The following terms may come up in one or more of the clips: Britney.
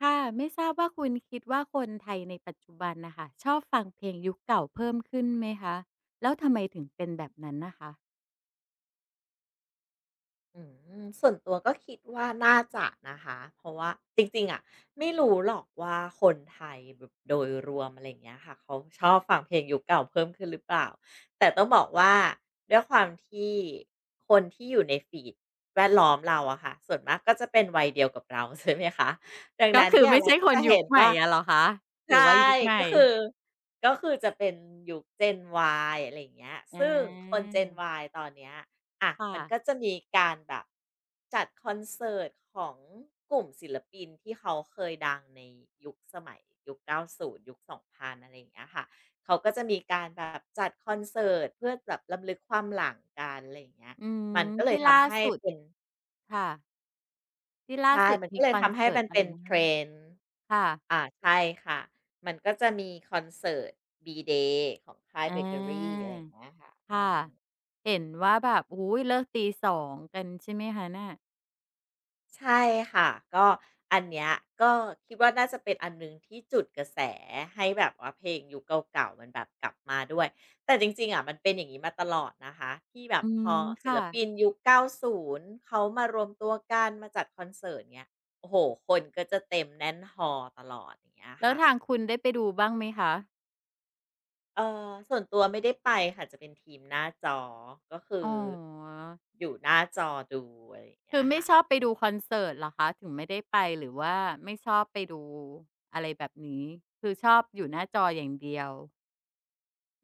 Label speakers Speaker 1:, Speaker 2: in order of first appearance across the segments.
Speaker 1: ค่ะไม่ทราบว่าคุณคิดว่าคนไทยในปัจจุบันน่ะค่ะชอบฟังเพลงยุคเก่าเพิ่มขึ้นไหมคะแล้วทำไมถึงเป็นแบบนั้นน่ะคะ
Speaker 2: อืส่วนตัวก็คิดว่าน่าจะนะคะเพราะว่าจริงๆอะไม่รู้หรอกว่าคนไทยแบบโดยรวมอะไรอย่างเงี้ยค่ะเขาชอบฟังเพลงยุคเก่าเพิ่มขึ้นหรือเปล่าแต่ต้องบอกว่าด้วยความที่คนที่อยู่ในฟีดแวดล้อมเราอะค่ะส่วนมากก็จะเป็นวัยเดียวกับเรา ใช่ไหมคะดัง
Speaker 1: ก็
Speaker 2: นั้น
Speaker 1: คือ
Speaker 2: เนี่ย
Speaker 1: ไม่
Speaker 2: เรา
Speaker 1: ใช่
Speaker 2: ก็
Speaker 1: คน
Speaker 2: จะ
Speaker 1: ยุ
Speaker 2: เห็
Speaker 1: ค
Speaker 2: น
Speaker 1: ใหม่
Speaker 2: ว่า
Speaker 1: อะเหรอคะหรื
Speaker 2: ใช่
Speaker 1: อว่ายุคใหม่
Speaker 2: ก็คือก็คือจะเป็นยุค Gen Y อะไรอย่างเงี้ย
Speaker 1: อา
Speaker 2: ซึ่งคน Gen Y ตอนเนี้ยอะ
Speaker 1: ค่ะ
Speaker 2: มันก็จะมีการแบบจัดคอนเสิร์ตของกลุ่มศิลปินที่เขาเคยดังในยุคสมัยยุค90ยุค2000องพันอะไรอย่างเงี้ยค่ะเขาก็จะมีการแบบจัดคอนเสิร์ตเพื่อแบบรำลึกความหลังกันอะไรอย่างเงี้ย
Speaker 1: อืม
Speaker 2: มันก็เลย
Speaker 1: ที่ล่า
Speaker 2: ทำให้
Speaker 1: สุด
Speaker 2: เป็น
Speaker 1: ค่ะที่ล่า
Speaker 2: ใช่
Speaker 1: สุด
Speaker 2: มันก็
Speaker 1: มี
Speaker 2: เลย
Speaker 1: คอน
Speaker 2: ทำให้
Speaker 1: เสิร์ต
Speaker 2: มัน
Speaker 1: อะ
Speaker 2: เป็
Speaker 1: ไร
Speaker 2: น
Speaker 1: นะ
Speaker 2: trend อ่า
Speaker 1: ค่ะ
Speaker 2: ใช่ค่ะ มันก็จะมีคอนเสิร์ต B-Day ของค่าย
Speaker 1: อา
Speaker 2: เบเกอรี่อะไรอย่างเงี้ยค่ะอื
Speaker 1: ค่ะ
Speaker 2: ม
Speaker 1: เห็นว่าแบบโอ้โฮเลิกตี2กันใช่ไหมคะเนี่ย
Speaker 2: ใช่ค่ะ ก็อันเนี้ยก็คิดว่าน่าจะเป็นอันหนึ่งที่จุดกระแสให้แบบว่าเพลงยุคเก่าๆมันแบบกลับมาด้วย แต่จริงๆอะมันเป็นอย่างงี้มาตลอดนะคะที่แบบ
Speaker 1: อื
Speaker 2: พ
Speaker 1: ม
Speaker 2: อศิล
Speaker 1: ค่ะ
Speaker 2: ปินยุคเก้าศูนย์เขามารวมตัวกันมาจัดคอนเสิร์ตเงี้ยโอ้โฮคนก็จะเต็มแน่นฮอลล์ตลอดอย่างเงี้ย
Speaker 1: แล้ว
Speaker 2: ค่ะ
Speaker 1: ทางคุณได้ไปดูบ้างไหมคะ
Speaker 2: เอ่อส่วนตัวไม่ได้ไปค่ะจะเป็นทีมหน้าจอก็คื
Speaker 1: อ๋
Speaker 2: อ
Speaker 1: อ
Speaker 2: อยู่หน้าจอดูอะไรอย่างเงี้
Speaker 1: คือ
Speaker 2: ย
Speaker 1: ไม่
Speaker 2: ค่ะ
Speaker 1: ชอบไปดูคอนเสิร์ตเหรอคะถึงไม่ได้ไปหรือว่าไม่ชอบไปดูอะไรแบบนี้คือชอบอยู่หน้าจออย่างเดียว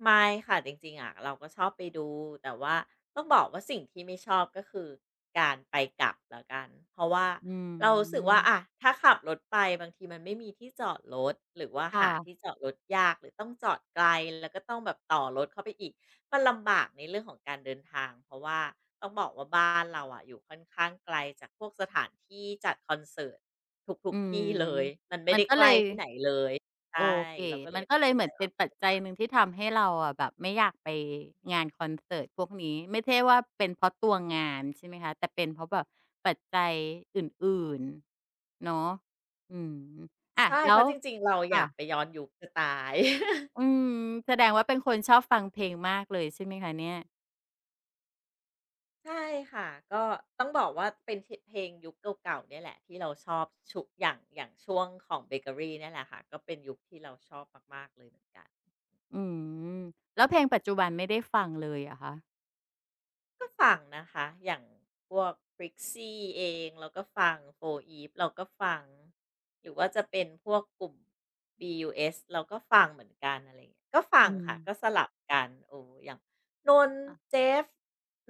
Speaker 2: ไม่ค่ะจริงๆอะเราก็ชอบไปดูแต่ว่าต้องบอกว่าสิ่งที่ไม่ชอบก็คือการไปกลับแล้วกันเพราะว่า
Speaker 1: อื
Speaker 2: เรารู้สึกว่าอะ
Speaker 1: ม
Speaker 2: ถ้าขับรถไปบางทีมันไม่มีที่จอดรถหรือว่าหาที่
Speaker 1: ค่ะ
Speaker 2: จอดรถยากหรือต้องจอดไกลแล้วก็ต้องแบบต่อรถเข้าไปอีกมันลำบากในเรื่องของการเดินทางเพราะว่าต้องบอกว่าบ้านเราอะอยู่ค่อนข้างไกลจากพวกสถานที่จัดคอนเสิร์ตทุ
Speaker 1: อื
Speaker 2: กๆ
Speaker 1: ม
Speaker 2: ที่เลยมันไม่
Speaker 1: มัน
Speaker 2: ได้
Speaker 1: ก็
Speaker 2: ใก
Speaker 1: เล
Speaker 2: ล้
Speaker 1: ย
Speaker 2: ที่ไหนเลย
Speaker 1: โอ
Speaker 2: ใช่
Speaker 1: เค
Speaker 2: เราก็เล
Speaker 1: มัน
Speaker 2: ย
Speaker 1: ก็
Speaker 2: ตัด
Speaker 1: เลย
Speaker 2: สิน
Speaker 1: เหมื
Speaker 2: ใจ
Speaker 1: อนเป็นปัจจัยหนึ่งที่ทำให้เราอะแบบไม่อยากไปงานคอนเสิร์ตพวกนี้ไม่ใช่ว่าเป็นเพราะตัวงานใช่ไหมคะแต่เป็นเพราะแบบปัจจัยอื่นๆเนาะอืมอะ
Speaker 2: ใช่
Speaker 1: แล้
Speaker 2: เพ
Speaker 1: ว
Speaker 2: ราะจริงๆเราอยากไป
Speaker 1: ค่ะ
Speaker 2: ย้อนยุคจะตาย
Speaker 1: อืมแสดงว่าเป็นคนชอบฟังเพลงมากเลยใช่ไหมคะเนี่ย
Speaker 2: ใช่ค่ะก็ต้องบอกว่าเป็นทเพลงยุคเก่าๆเนี่ยแหละที่เราชอบชุอย่างอย่างช่วงของเบเกอรีเนี่ยแหละค่ะก็เป็นยุคที่เราชอบมากๆเลยเหมือนกัน
Speaker 1: อืมแล้วเพลงปัจจุบันไม่ได้ฟังเลยเหรอคะ
Speaker 2: ก็ฟังนะคะอย่างพวก b r i x e เองเราก็ฟัง4 e ีฟเราก็ฟังหรือว่าจะเป็นพวกกลุ่ม BUS เอสเราก็ฟังเหมือนกันอะไรอย่างเงี้ยก็ฟั
Speaker 1: อื
Speaker 2: ง
Speaker 1: ม
Speaker 2: ค่ะก็สลับกันโอ้อย่างนนท์
Speaker 1: อะ
Speaker 2: เจฟ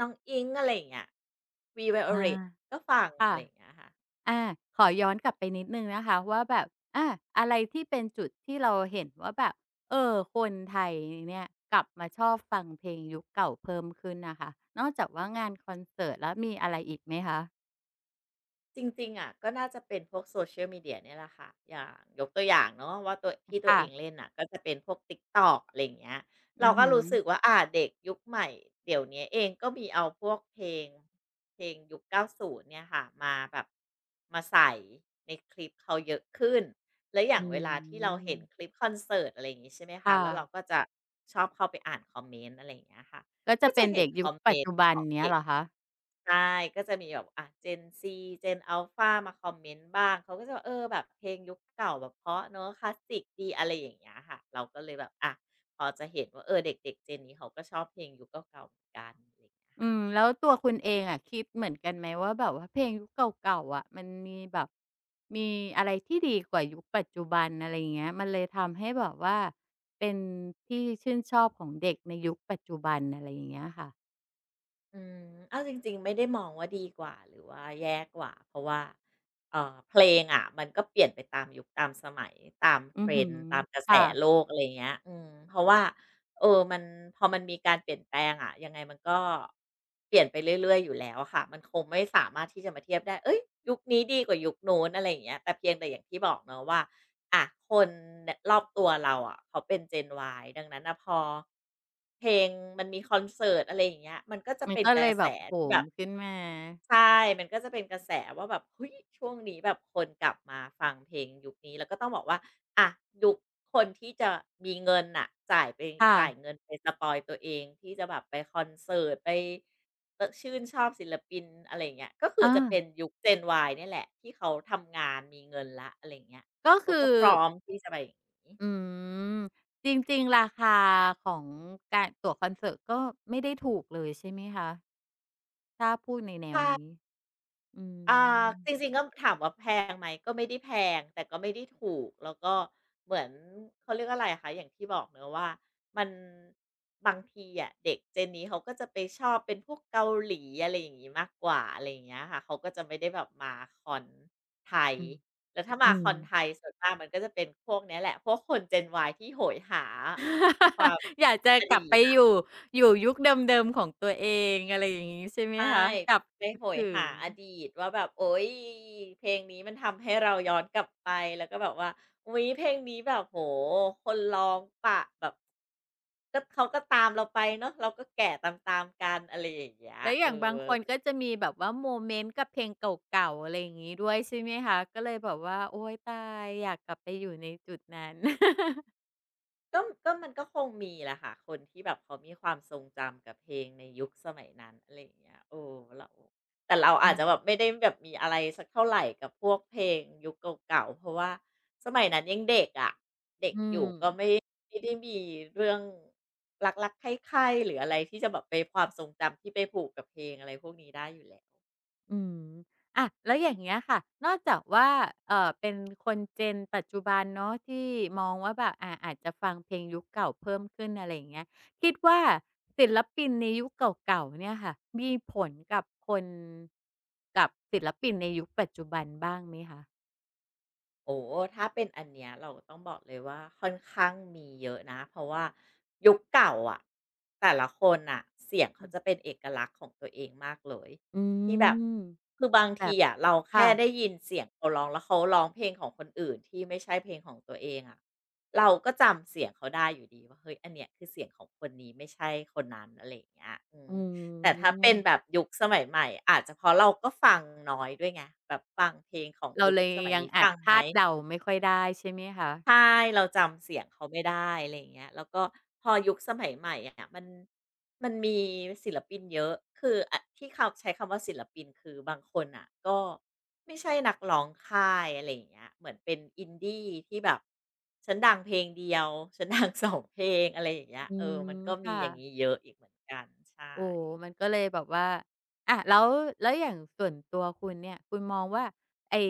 Speaker 2: น้องอิ๊งอะไรอย่างเงี้ย V
Speaker 1: อา
Speaker 2: Violet ก็ฟังอะ
Speaker 1: ค่ะ
Speaker 2: ไรอย่างเงี้ยค่ะ
Speaker 1: อาขอย้อนกลับไปนิดหนึ่งนะคะว่าแบบอาอะไรที่เป็นจุดที่เราเห็นว่าแบบเออคนไทยเนี่ยกลับมาชอบฟังเพลงยุคเก่าเพิ่มขึ้นน่ะค่ะนอกจากว่างานคอนเสิร์ตแล้วมีอะไรอีกไหมคะ
Speaker 2: จริงๆอะก็น่าจะเป็นพวก Social Media เนี่ยแหละค่ะอย่างยกตัวอย่างเนาะว่าตัวที่ตัว
Speaker 1: ค่ะ
Speaker 2: เองเล่นน่ะก็จะเป็นพวก TikTok อะไรอย่างเงี้ยเรา
Speaker 1: อือ
Speaker 2: ก็
Speaker 1: ฮึ
Speaker 2: รู้สึกว่าเด็กยุคใหม่เดี๋ยวนี้เองก็มีเอาพวกเพลงเพลงยุค90เนี่ยค่ะมาแบบมาใส่ในคลิปเขาเยอะขึ้นแล้วอย่า
Speaker 1: อื
Speaker 2: งเวลาที่เราเห็นค
Speaker 1: ม
Speaker 2: ลิปคอนเสิร์ตอะไรอย่างงี้ใช่ไหมคะ
Speaker 1: ค่ะ
Speaker 2: แล้วเราก็จะชอบเข้าไปอ่านคอมเมนต์อะไรอย่างเงี้ยค่ะ
Speaker 1: ก็จะ
Speaker 2: ก็
Speaker 1: เป็
Speaker 2: จะ
Speaker 1: น
Speaker 2: เห็
Speaker 1: เด็
Speaker 2: น
Speaker 1: ก
Speaker 2: ค
Speaker 1: ยุ
Speaker 2: อ
Speaker 1: ค
Speaker 2: มเม
Speaker 1: ปัจ
Speaker 2: น
Speaker 1: จุ
Speaker 2: ต์
Speaker 1: บั
Speaker 2: ข
Speaker 1: น
Speaker 2: อง
Speaker 1: เงี้ย
Speaker 2: เด็ก
Speaker 1: เหรอคะ
Speaker 2: ใช่ก็จะมีแบบGen Z Gen Alpha มาคอมเมนต์บ้างเขาก็จะว่าเออแบบเพลงยุคเก่าแบบเพราะเนาะคลาสสิกดีอะไรอย่างเงี้ยค่ะ เราก็เลยแบบอ่ะพอจะเห็นว่าเออเด็กๆ Gen นี้เขาก็ชอบเพลงยุคเก่าๆเหมือนกันอะไรอย่างเงี้ย
Speaker 1: อื
Speaker 2: ค่ะ
Speaker 1: มแล้วตัวคุณเองอะคิดเหมือนกันไหมว่าแบบว่าเพลงยุคเก่าๆอะมันมีแบบมีอะไรที่ดีกว่ายุคปัจจุบันอะไรอย่างเงี้ยมันเลยทำให้แบบว่าเป็นที่ชื่นชอบของเด็กในยุคปัจจุบันอะไรอย่างเงี้ยค่ะ
Speaker 2: อืมเอาจริงๆไม่ได้มองว่าดีกว่าหรือว่าแย่กว่าเพราะว่าเพลงอ่ะมันก็เปลี่ยนไปตามยุคตามสมัยตาม
Speaker 1: อือหื
Speaker 2: trend
Speaker 1: อ
Speaker 2: ตามกระแส
Speaker 1: ค่ะ
Speaker 2: โลกอะไรเงี้ยอืมเพราะว่ามันพอมันมีการเปลี่ยนแปลงอะยังไงมันก็เปลี่ยนไปเรื่อยๆอยู่แล้วอะค่ะมันคงไม่สามารถที่จะมาเทียบได้เฮ้ยยุคนี้ดีกว่ายุคนู้นอะไรอย่างเงี้ยแต่เพียงแต่อย่างที่บอกเนาะว่า อ่ะคนรอบตัวเราอ่ะเขาเป็น Gen Y ดังนั้นน่ะพอเพลงมันมีคอนเสิร์ตอะไรอย่างเงี้ยมันก็จะ
Speaker 1: มัน
Speaker 2: เป็น
Speaker 1: ก็
Speaker 2: ก
Speaker 1: เล
Speaker 2: ระ
Speaker 1: ยแบ
Speaker 2: แส
Speaker 1: บโห
Speaker 2: ที่แบ
Speaker 1: ม
Speaker 2: บ
Speaker 1: ขึ้นมา
Speaker 2: ใช่มันก็จะเป็นกระแสว่าแบบเฮ้ยช่วงนี้แบบคนกลับมาฟังเพลงยุคนี้แล้วก็ต้องบอกว่าอะยุคคนที่จะมีเงินน่ะจ่ายไปจ่าย
Speaker 1: ค่ะ
Speaker 2: เงินไปสปอยล์ตัวเองที่จะแบบไปคอนเสิร์ตไปชื่นชอบศิลปินอะไรอย่างเงี้ยก็คือ
Speaker 1: อา
Speaker 2: จะเป็นยุค Gen Y เนี่ยแหละที่เขาทำงานมีเงินแล้วอะไรอย่างเงี้ย
Speaker 1: ก็
Speaker 2: เขา
Speaker 1: คื
Speaker 2: ก็
Speaker 1: อ
Speaker 2: พร้อมที่จะไปอย่างงี้
Speaker 1: อืมจริงๆราคาของการตั๋วคอนเสิร์ตก็ไม่ได้ถูกเลยใช่ไหมคะถ้าพูดในแนวนี้อื
Speaker 2: อ่า
Speaker 1: ม
Speaker 2: จริงๆก็ถามว่าแพงไหมก็ไม่ได้แพงแต่ก็ไม่ได้ถูกแล้วก็เหมือนเขาเรียกอะไรอะคะอย่างที่บอกเนาะว่ามันบางทีอะเด็ก Gen นี้เขาก็จะไปชอบเป็นพวกเกาหลีอะไรอย่างงี้มากกว่าอะไรอย่างเงี้ยค่ะเขาก็จะไม่ได้แบบมาคอนไทย
Speaker 1: อืม
Speaker 2: แล้วถ้า
Speaker 1: อื
Speaker 2: มาค
Speaker 1: ม
Speaker 2: อนไทยส่วนมากมันก็จะเป็นพวกเนี้ยแหละพวกคน Gen Y ที่โหยหาความ
Speaker 1: อยากจะ
Speaker 2: อ
Speaker 1: ก
Speaker 2: ดี
Speaker 1: ลับไปอ
Speaker 2: ต
Speaker 1: ยู่อยู่ยุคเดิมๆของตัวเองอะไรอย่างนี้ใช่ไหม
Speaker 2: ใช่
Speaker 1: คะกลับ
Speaker 2: ไป
Speaker 1: คิด
Speaker 2: โหย
Speaker 1: ถึ
Speaker 2: หา
Speaker 1: ง
Speaker 2: อดีตว่าแบบโอ๊ยเพลงนี้มันทำให้เราย้อนกลับไปแล้วก็แบบว่าอุ๊ยเพลงนี้แบบโอ้โฮคนร้องปะแบบก็เขาก็ตามเราไปเนาะเราก็แก่ตามๆกันอะไรอย่างเงี้ย
Speaker 1: แล้วอ
Speaker 2: เออ
Speaker 1: ย่างบางคนก็จะมีแบบว่าโมเมนต์กับเพลงเก่าๆอะไรอย่างนี้ด้วยใช่ไหมคะก็เลยแบบว่าโอ๊ยตายอยากกลับไปอยู่ในจุดนั้น
Speaker 2: ก็มันก็คงมีแหละค่ะคนที่แบบเขามีความทรงจำกับเพลงในยุคสมัยนั้นอะไรอย่างเงี้ยเออเราแต่เราอา
Speaker 1: อื
Speaker 2: จ
Speaker 1: ม
Speaker 2: จะแบบไม่ได้แบบมีอะไรสักเท่าไรกับพวกเพลงยุคเก่าๆเพราะว่าสมัยนั้นยังเด็กอะ
Speaker 1: อืม
Speaker 2: ไม่ได้มีเรื่องรักๆใคร่ๆหรืออะไรที่จะแบบไปความทรงจำที่ไปผูกกับเพลงอะไรพวกนี้ได้อยู่แล้ว
Speaker 1: อืมอะแล้วอย่างเงี้ยค่ะนอกจากว่าเอ่อเป็นคนเจนปัจจุบันเนาะที่มองว่าแบบอ่าอาจจะฟังเพลงยุคเก่าเพิ่มขึ้นอะไรอย่างเงี้ยคิดว่าศิลปินในยุคเก่าๆเนี่ยค่ะมีผลกับคนกับศิลปินในยุคปัจจุบันบ้างไหมคะ
Speaker 2: โอ้ถ้าเป็นอันเนี้ยเราต้องบอกเลยว่าค่อนข้างมีเยอะนะ เพราะว่ายุคเก่าอ่ะแต่ละคนอ่ะเสียง
Speaker 1: อื
Speaker 2: เขา
Speaker 1: ม
Speaker 2: จะเป็นเอกลักษณ์ของตัวเองมากเลย
Speaker 1: อื
Speaker 2: ที่แบบ
Speaker 1: ม
Speaker 2: คือบาง
Speaker 1: แบ
Speaker 2: ที
Speaker 1: บ
Speaker 2: อ่ะเรา
Speaker 1: ค่ะ
Speaker 2: แค่ได้ยินเสียงเขาร้องแล้วเขาร้องเพลงของคนอื่นที่ไม่ใช่เพลงของตัวเองอะเราก็จำเสียงเขาได้อยู่ดีว่าเฮ้ยอันเนี้ยคือเสียงของคนนี้ไม่ใช่คนนั้นอะไรอย่างเงี้ยอื
Speaker 1: อื
Speaker 2: มแต่ถ้าเป็นแบบ
Speaker 1: ม
Speaker 2: ยุคสมัยใหม่อาจจะเพราะเราก็ฟังน้อยด้วยไงแบบฟังเพลงของ
Speaker 1: เรา
Speaker 2: ยุค
Speaker 1: เลย
Speaker 2: สมัย
Speaker 1: ยัง
Speaker 2: นี้
Speaker 1: อา
Speaker 2: ฟั
Speaker 1: จ
Speaker 2: งไหม
Speaker 1: คาดเดาไม่ค่อยได้ใช่ไหมคะ
Speaker 2: ใช่เราจำเสียงเขาไม่ได้อะไรอย่างเงี้ยแล้วก็พอยุคสมัยใหม่อะมันมีศิลปินเยอะคืออะที่เขาใช้คำว่าศิลปินคือบางคนน่ะก็ไม่ใช่นักร้องค่ายอะไรอย่างเงี้ยเหมือนเป็น Indie ที่แบบฉันดังเพลงเดียว ฉันดังสองเพลงอะไรอย่างเงี้ย
Speaker 1: อื
Speaker 2: เออ
Speaker 1: ม
Speaker 2: มันก็มี
Speaker 1: ค่ะ
Speaker 2: อย่างงี้เยอะอีกเหมือนกันใช่
Speaker 1: โอ้มันก็เลยแบบว่าอะแล้วอย่างส่วนตัวคุณเนี่ยคุณมองว่าไอ้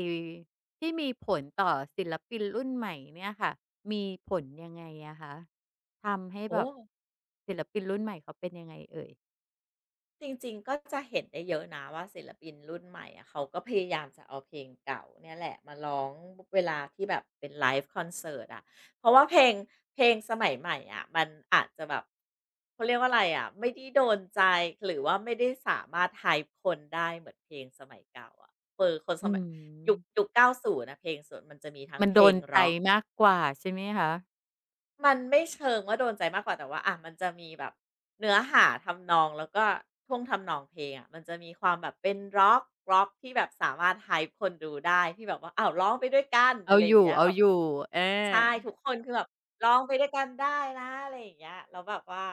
Speaker 1: ที่มีผลต่อศิลปินรุ่นใหม่เนี่ยค่ะ มีผลยังไงอะคะทำให้
Speaker 2: โอ้
Speaker 1: แบบศิลปินรุ่นใหม่เขาเป็นยังไงเอ่ย
Speaker 2: จริงๆ ก็จะเห็นได้เยอะนะว่าศิลปินรุ่นใหม่อะเขาก็พยายามจะเอาเพลงเก่าเนี่ยแหละมาร้องเวลาที่แบบเป็นไลฟ์คอนเสิร์ตอะเพราะว่าเพลงสมัยใหม่อะมันอาจจะแบบเขาเรียกว่าอะไรอะไม่ได้โดนใจหรือว่าไม่ได้สามารถ hype คนได้เหมือนเพลงสมัยเก่าอะเออคนส
Speaker 1: อื
Speaker 2: มัย
Speaker 1: ม
Speaker 2: ยุค90นะเพลงส่วนมันจะมีทั้ง
Speaker 1: มัน
Speaker 2: เพ
Speaker 1: โด
Speaker 2: ลง
Speaker 1: นใจ
Speaker 2: ร็อก
Speaker 1: มากกว่าใช่ไหมคะ
Speaker 2: มันไม่เชิงว่าโดนใจมากกว่าแต่ว่าอะมันจะมีแบบเนื้อหาทำนองแล้วก็ท่วงทำนองเพลงอะมันจะมีความแบบเป็นร็อกร็อกที่แบบสามารถ hype คนดูได้ที่แบบว่าอ้าวร้องไปด้วยกัน
Speaker 1: เอา
Speaker 2: อะไรอ
Speaker 1: อ
Speaker 2: ย่าง
Speaker 1: ยู่
Speaker 2: เงี้ย
Speaker 1: เอา
Speaker 2: แบบ
Speaker 1: อยู่เอ
Speaker 2: ใช่
Speaker 1: อ
Speaker 2: ทุกคนคือแบบร้องไปด้วยกันได้นะอะไรอย่างเงี้ยแล้วแบบว่า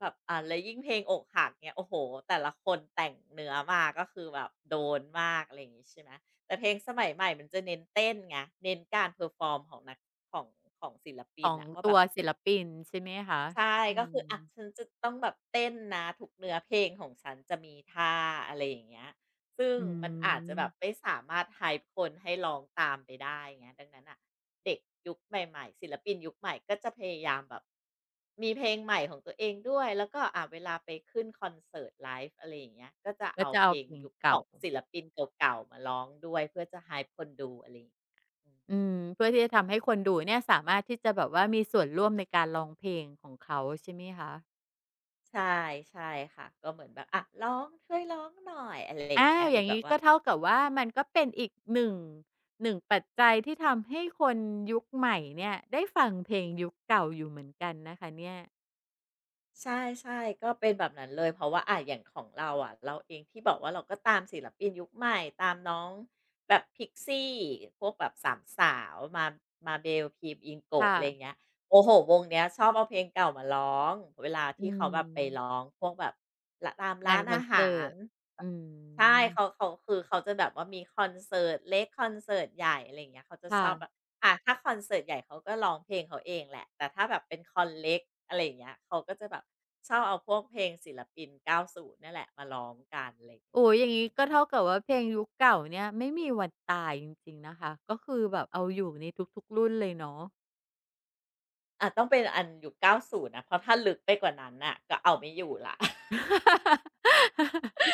Speaker 2: แบบแล้วยิ่งเพลงอกหักเนี่ยโอ้โฮแต่ละคนแต่งเนื้อมาก็คือแบบโดนมากอะไรอย่างงี้ใช่ไหม แต่เพลงสมัยใหม่มันจะเน้นเต้นไงเน้นการเพอร์ฟอร์มของนักของของศิล
Speaker 1: ข
Speaker 2: ปิน
Speaker 1: อง
Speaker 2: อะว่าแบ
Speaker 1: ตัว
Speaker 2: บ
Speaker 1: ศิลปินใช่ไหมคะ
Speaker 2: ใช่
Speaker 1: อื
Speaker 2: ก็คือ
Speaker 1: ม
Speaker 2: อะฉันจะต้องแบบเต้นนะทุกเนื้อเพลงของฉันจะมีท่าอะไรอย่างเงี้ยซึ่ง
Speaker 1: อื
Speaker 2: มันอาจจะแบบไม่
Speaker 1: ม
Speaker 2: สามารถ hype คนให้ร้องตามไปได้อย่างเงี้ยดังนั้นน่ะเด็กยุคใหม่ๆศิลปินยุคใหม่ก็จะพยายามแบบมีเพลงใหม่ของตัวเองด้วยแล้วก็อ่าเวลาไปขึ้นคอนเสิร์ตไลฟ์อะไรอย่างเงี้ยก็จะ
Speaker 1: ก็
Speaker 2: เอา
Speaker 1: จะ
Speaker 2: เพ
Speaker 1: เอา
Speaker 2: ลง
Speaker 1: เพลง
Speaker 2: ยุคข
Speaker 1: เก่า
Speaker 2: องศิลปินเก่าๆมาร้องด้วยเพื่อจะ hype คนดูอะไรอย่างเงี้ยอืม
Speaker 1: อืมเพื่อที่จะทำให้คนดูเนี่ยสามารถที่จะแบบว่ามีส่วนร่วมในการร้องเพลงของเขาใช่ไหมคะ
Speaker 2: ใช่ใช่ค่ะก็เหมือนแบบอ่ะร้องช่วยร้องหน่อยอะไรอย่าง
Speaker 1: อ้า
Speaker 2: เงี้
Speaker 1: ว
Speaker 2: ยห
Speaker 1: อ
Speaker 2: รือ
Speaker 1: ย่าง
Speaker 2: แบบ
Speaker 1: งี้
Speaker 2: ว่า
Speaker 1: ก็เท่ากับว่ามันก็เป็นอีกหนึ่งปัจจัยที่ทำให้คนยุคใหม่เนี่ยได้ฟังเพลงยุคเก่าอยู่เหมือนกันนะคะเนี่ย
Speaker 2: ใช่ใช่ก็เป็นแบบนั้นเลยเพราะว่าอะอย่างของเราอะเราเองที่บอกว่าเราก็ตามศิลปินยุคใหม่ตามน้องแบบพิกซี่พวกแบบสามสาวมาเบลพีม Yingo
Speaker 1: ค่ะ
Speaker 2: อะไรอย่างเงี้ยโอ้โหวงเนี้ยชอบเอาเพลงเก่ามาร้องเวลาที่
Speaker 1: อืม
Speaker 2: เขาแบบไปร้องพวกแบบละตาม
Speaker 1: งา
Speaker 2: ร้า
Speaker 1: น
Speaker 2: น
Speaker 1: คอ
Speaker 2: อา
Speaker 1: น
Speaker 2: หา
Speaker 1: เสิ
Speaker 2: ร
Speaker 1: ร์ตอื
Speaker 2: ใช่
Speaker 1: ม
Speaker 2: เขาคือเขาจะแบบว่ามีคอนเสิร์ตเล็กคอนเสิร์ตใหญ่อะไรอย่างเงี้ยเขาจะชอบแบบ
Speaker 1: ค่ะ
Speaker 2: ถ้าคอนเสิร์ตใหญ่เขาก็ร้องเพลงเขาเองแหละแต่ถ้าแบบเป็นคอนเล็กอะไรอย่างเงี้ยเขาก็จะแบบชอบเอาพวกเพลงศิลปิน90เนี่ยแหละมาร้องกันอะไรอย่าง
Speaker 1: โอ้
Speaker 2: เงี้
Speaker 1: โฮ
Speaker 2: ย
Speaker 1: อย่าง
Speaker 2: อื
Speaker 1: งี้ก็
Speaker 2: ม
Speaker 1: เท่ากับว่าเพลงยุคเก่าเนี่ยไม่มีวันตายจริงๆนะคะก็คือแบบเอาอยู่ในทุกๆรุ่นเลยเนาะ
Speaker 2: อาจต้องเป็นอันยุค90นะเพราะถ้าลึกไปกว่านั้นน่ะก็เอาไม่อยู่แล้ว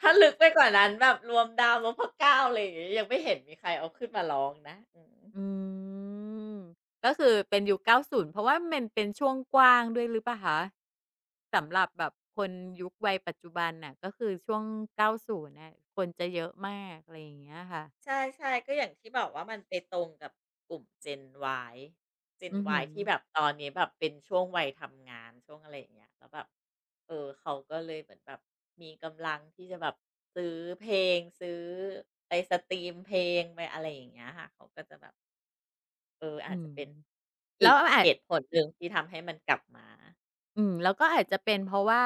Speaker 2: ถ้าลึกไปกว่านั้นแบบรวมดาวนพเก้าอะไรอย่างงี้ยังไม่เห็นมีใครเอาขึ้นมาร้องนะอืม
Speaker 1: อืมก็คือเป็นยุค90เพราะว่ามันเป็นช่วงกว้างด้วยหรือเปล่าคะสำหรับแบบคนยุควัยปัจจุบันน่ะก็คือช่วง90น่ะคนจะเยอะมากอะไรอย่างเงี้ยค่ะ
Speaker 2: ใช่ๆก็อย่างที่บอกว่ามันไปตรงกับกลุ่ม Gen Y Gen
Speaker 1: อือฮึ
Speaker 2: Y ที่แบบตอนนี้แบบเป็นช่วงวัยทำงานช่วงอะไรอย่างเงี้ยแล้วแบบเออเขาก็เลยเหมือนแบบมีกำลังที่จะแบบซื้อเพลงซื้อไปสตรีมเพลงไปอะไรอย่างเงี้ยค่ะเขาก็จะแบบเออ
Speaker 1: อื
Speaker 2: อาจจะ
Speaker 1: ม
Speaker 2: เป็น
Speaker 1: แล้
Speaker 2: อี
Speaker 1: ว
Speaker 2: ก
Speaker 1: อา
Speaker 2: เห
Speaker 1: จ
Speaker 2: ตุผลหนึ่งที่ทำให้มันกลับมา
Speaker 1: อืมแล้วก็อาจจะเป็นเพราะว่า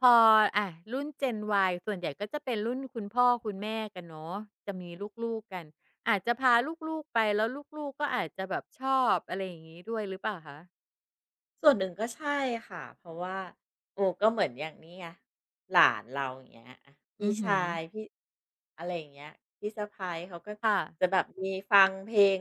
Speaker 1: พออ่ารุ่น Gen Y ส่วนใหญ่ก็จะเป็นรุ่นคุณพ่อคุณแม่กันเนาะจะมีลูกๆกันอาจจะพาลูกๆไปแล้วลูกๆก็อาจจะแบบชอบอะไรอย่างงี้ด้วยหรือเปล่าคะ
Speaker 2: ส่วนหนึ่งก็ใช่ค่ะเพราะว่าโอ้ก็เหมือนอย่างนี้ไงหลานเราอย่างเงี้ยอะพี่
Speaker 1: อือฮึ
Speaker 2: ชายพี่อะไรอย่างเงี้ยพี่สะใายเขาก็
Speaker 1: ค่ะ
Speaker 2: จะแบบมีฟังเพลง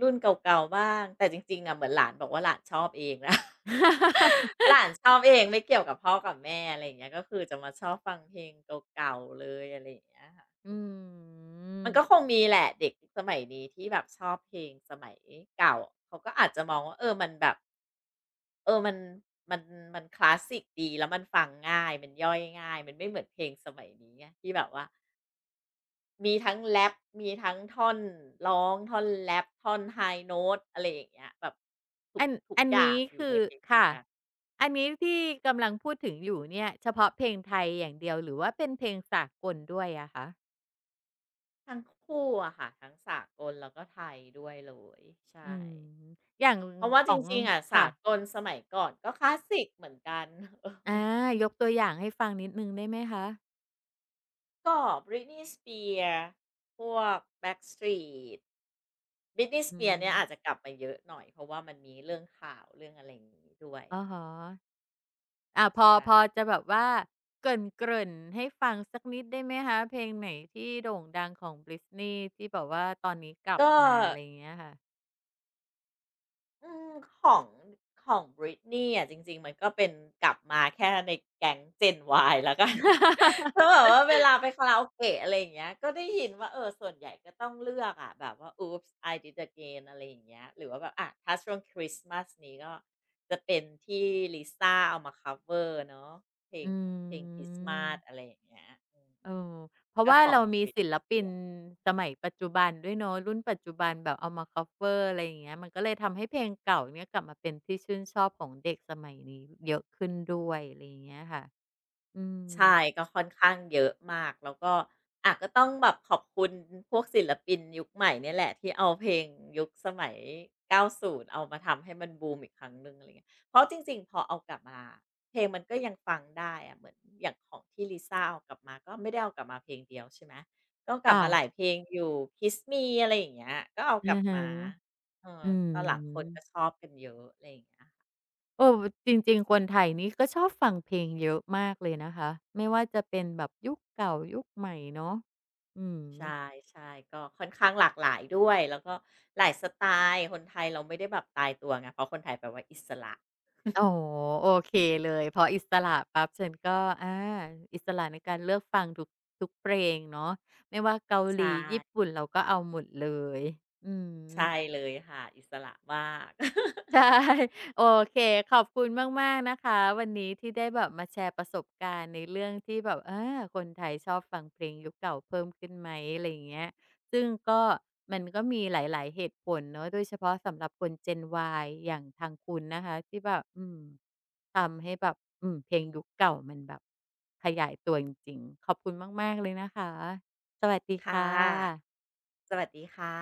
Speaker 2: รุ่นเก่าๆบ้างแต่จริงๆอะเหมือนหลานบอกว่าหลานชอบเองนะ หลานชอบเองไม่เกี่ยวกับพ่อกับแม่อะไรอย่างเงี้ยก็คือจะมาชอบฟังเพลงเก่าๆเลยอะไรอย่างเงี้ยค่ะ
Speaker 1: อ
Speaker 2: อืม
Speaker 1: ื
Speaker 2: มันก็คง
Speaker 1: ม
Speaker 2: มีแหละเด็กสมัยนี้ที่แบบชอบเพลงสมัยเก่าเขาก็อาจจะมองว่าเออมันแบบ เออมันมันคลาสสิกดีแล้วมันฟังง่ายมันย่อยง่ายมันไม่เหมือนเพลงสมัยนี้ไงที่แบบว่ามีทั้งแร็ปมีทั้งท่อนร้องท่อนแรปท่อน high note อะไรอย่างเงี้ยแบบทุก
Speaker 1: อัน
Speaker 2: ทุก
Speaker 1: อัน
Speaker 2: อย่า
Speaker 1: นี้
Speaker 2: งอยู่
Speaker 1: คื
Speaker 2: ใน
Speaker 1: อ
Speaker 2: เพลงเดียว
Speaker 1: ค่ะ
Speaker 2: กัน
Speaker 1: อันนี้ที่กำลังพูดถึงอยู่เนี่ยเฉพาะเพลงไทยอย่างเดียวหรือว่าเป็นเพลงสากลด้วยอะคะ
Speaker 2: ทั้งคู่อะค่ะทั้งสากลแล้วก็ไทยด้วยเลย
Speaker 1: อื
Speaker 2: ใช่
Speaker 1: มอย่าง
Speaker 2: เพราะว่า
Speaker 1: ข
Speaker 2: จ
Speaker 1: อง
Speaker 2: ริงๆอะ
Speaker 1: ค่ะ
Speaker 2: สากลสมัยก่อนก็คลาสสิกเหมือนกัน
Speaker 1: อายกตัวอย่างให้ฟังนิดหนึ่งได้ไหมคะ
Speaker 2: ก็ Britney Spears พวก Backstreet Britney
Speaker 1: อื
Speaker 2: Spears
Speaker 1: ม
Speaker 2: เนี่ยอาจจะกลับมาเยอะหน่อยเพราะว่ามันมีเรื่องข่าวเรื่องอะไรอย่างนี้ด้วย
Speaker 1: อะฮะอ่าพอ
Speaker 2: ใช่
Speaker 1: พอจะแบบว่าเกริ่นๆให้ฟังสักนิดได้ไหมคะ เพลงไหนที่โด่งดังของ Britney ที่แบบว่าตอนนี้กลับ
Speaker 2: ก็
Speaker 1: มาอะไรอย่างเงี้ยค่ะ
Speaker 2: อืมของของ Britney อะจริงๆมันก็เป็นกลับมาแค่ในแก๊ง Gen Y แล้วกัน แล้วแบบว่าเวลาไปคาราโอเกะอะไรอย่างเงี้ยก็ได้ยินว่าเออส่วนใหญ่ก็ต้องเลือกอะแบบว่า Oops I Did It Again อะไรอย่างเงี้ยหรือว่าแบบอะถ้าช่วงคริสต์มาสนี้ก็จะเป็นที่ลิซ่าเอามาคัฟเวอร์เนาะเพลง
Speaker 1: อื
Speaker 2: เพลงคริสต์มาส
Speaker 1: ม
Speaker 2: อะไรอย่างเงี้ยอือฮึ
Speaker 1: เออเพราะ
Speaker 2: ก็
Speaker 1: ว่า
Speaker 2: ของ
Speaker 1: เรามีศิ
Speaker 2: Britney
Speaker 1: ลปิน
Speaker 2: Spears
Speaker 1: สมัยปัจจุบันด้วยเนาะรุ่นปัจจุบันแบบเอามาคัฟเวอร์อะไรอย่างเงี้ยมันก็เลยทำให้เพลงเก่าเนี่ยกลับมาเป็นที่ชื่นชอบของเด็กสมัยนี้เยอะขึ้นด้วยอะไรอย่างเงี้ยค่ะอื
Speaker 2: ใช่
Speaker 1: ม
Speaker 2: ก็ค่อนข้างเยอะมากแล้วก็อาก็ต้องแบบขอบคุณพวกศิลปินยุคใหม่เนี่ยแหละที่เอาเพลงยุคสมัย90เอามาทำให้มันบูมอีกครั้งหนึ่งอะไรเงี้ยเพราะจริงๆพอเอากลับมาเพลงมันก็ยังฟังได้อะเหมือนอย่างของที่ลิซ่าเอากลับมาก็ไม่ได้เอากลับมาเพลงเดียวใช่ไหมก็เอากลับ
Speaker 1: ค่ะ
Speaker 2: มาหลายเพลงอยู่ Kiss Me อะไรอย่างเงี้ยก็เอากลั
Speaker 1: อะ
Speaker 2: บ
Speaker 1: ฮะ
Speaker 2: มาเออ
Speaker 1: อื
Speaker 2: ตอนหลังคนก็ช
Speaker 1: ม
Speaker 2: อบกันเยอะอะไรอย่างเงี้ย
Speaker 1: เออจริงๆคนไทยนี่ก็ชอบฟังเพลงเยอะมากเลยนะคะไม่ว่าจะเป็นแบบยุคเก่ายุคใหม่เนาะอืม
Speaker 2: ใช่ๆก็ค่อนข้างหลากหลายด้วยแล้วก็หลายสไตล์คนไทยเราไม่ได้แบบตายตัวไงเพราะคนไทยแปลว่าอิสระ
Speaker 1: อ๋อโอเคเลยพออิสระปั๊บฉันก็อาอิสระในการเลือกฟังทุกเพลงเนาะไม่ว่าเกาห
Speaker 2: ใช่
Speaker 1: ลีญี่ปุ่นเราก็เอาหมดเลยอืม
Speaker 2: ใช่เลยค่ะอิสระมาก
Speaker 1: ใช่ โอเคขอบคุณมากๆนะคะวันนี้ที่ได้แบบมาแชร์ประสบการณ์ในเรื่องที่แบบเออคนไทยชอบฟังเพลงยุคเก่าเพิ่มขึ้นไหมอะไรอย่างเงี้ยซึ่งก็มันก็มีหลายๆเหตุผลเนาะโดยเฉพาะสำหรับคน Gen Y อย่างทางคุณนะคะที่แบบอืมทำให้แบบอืมเพลงยุคเก่ามันแบบขยายตัวจริงๆขอบคุณมากๆเลยนะคะสวัสดี
Speaker 2: ค่ะ
Speaker 1: ค่ะ
Speaker 2: สวัสดีค่ะ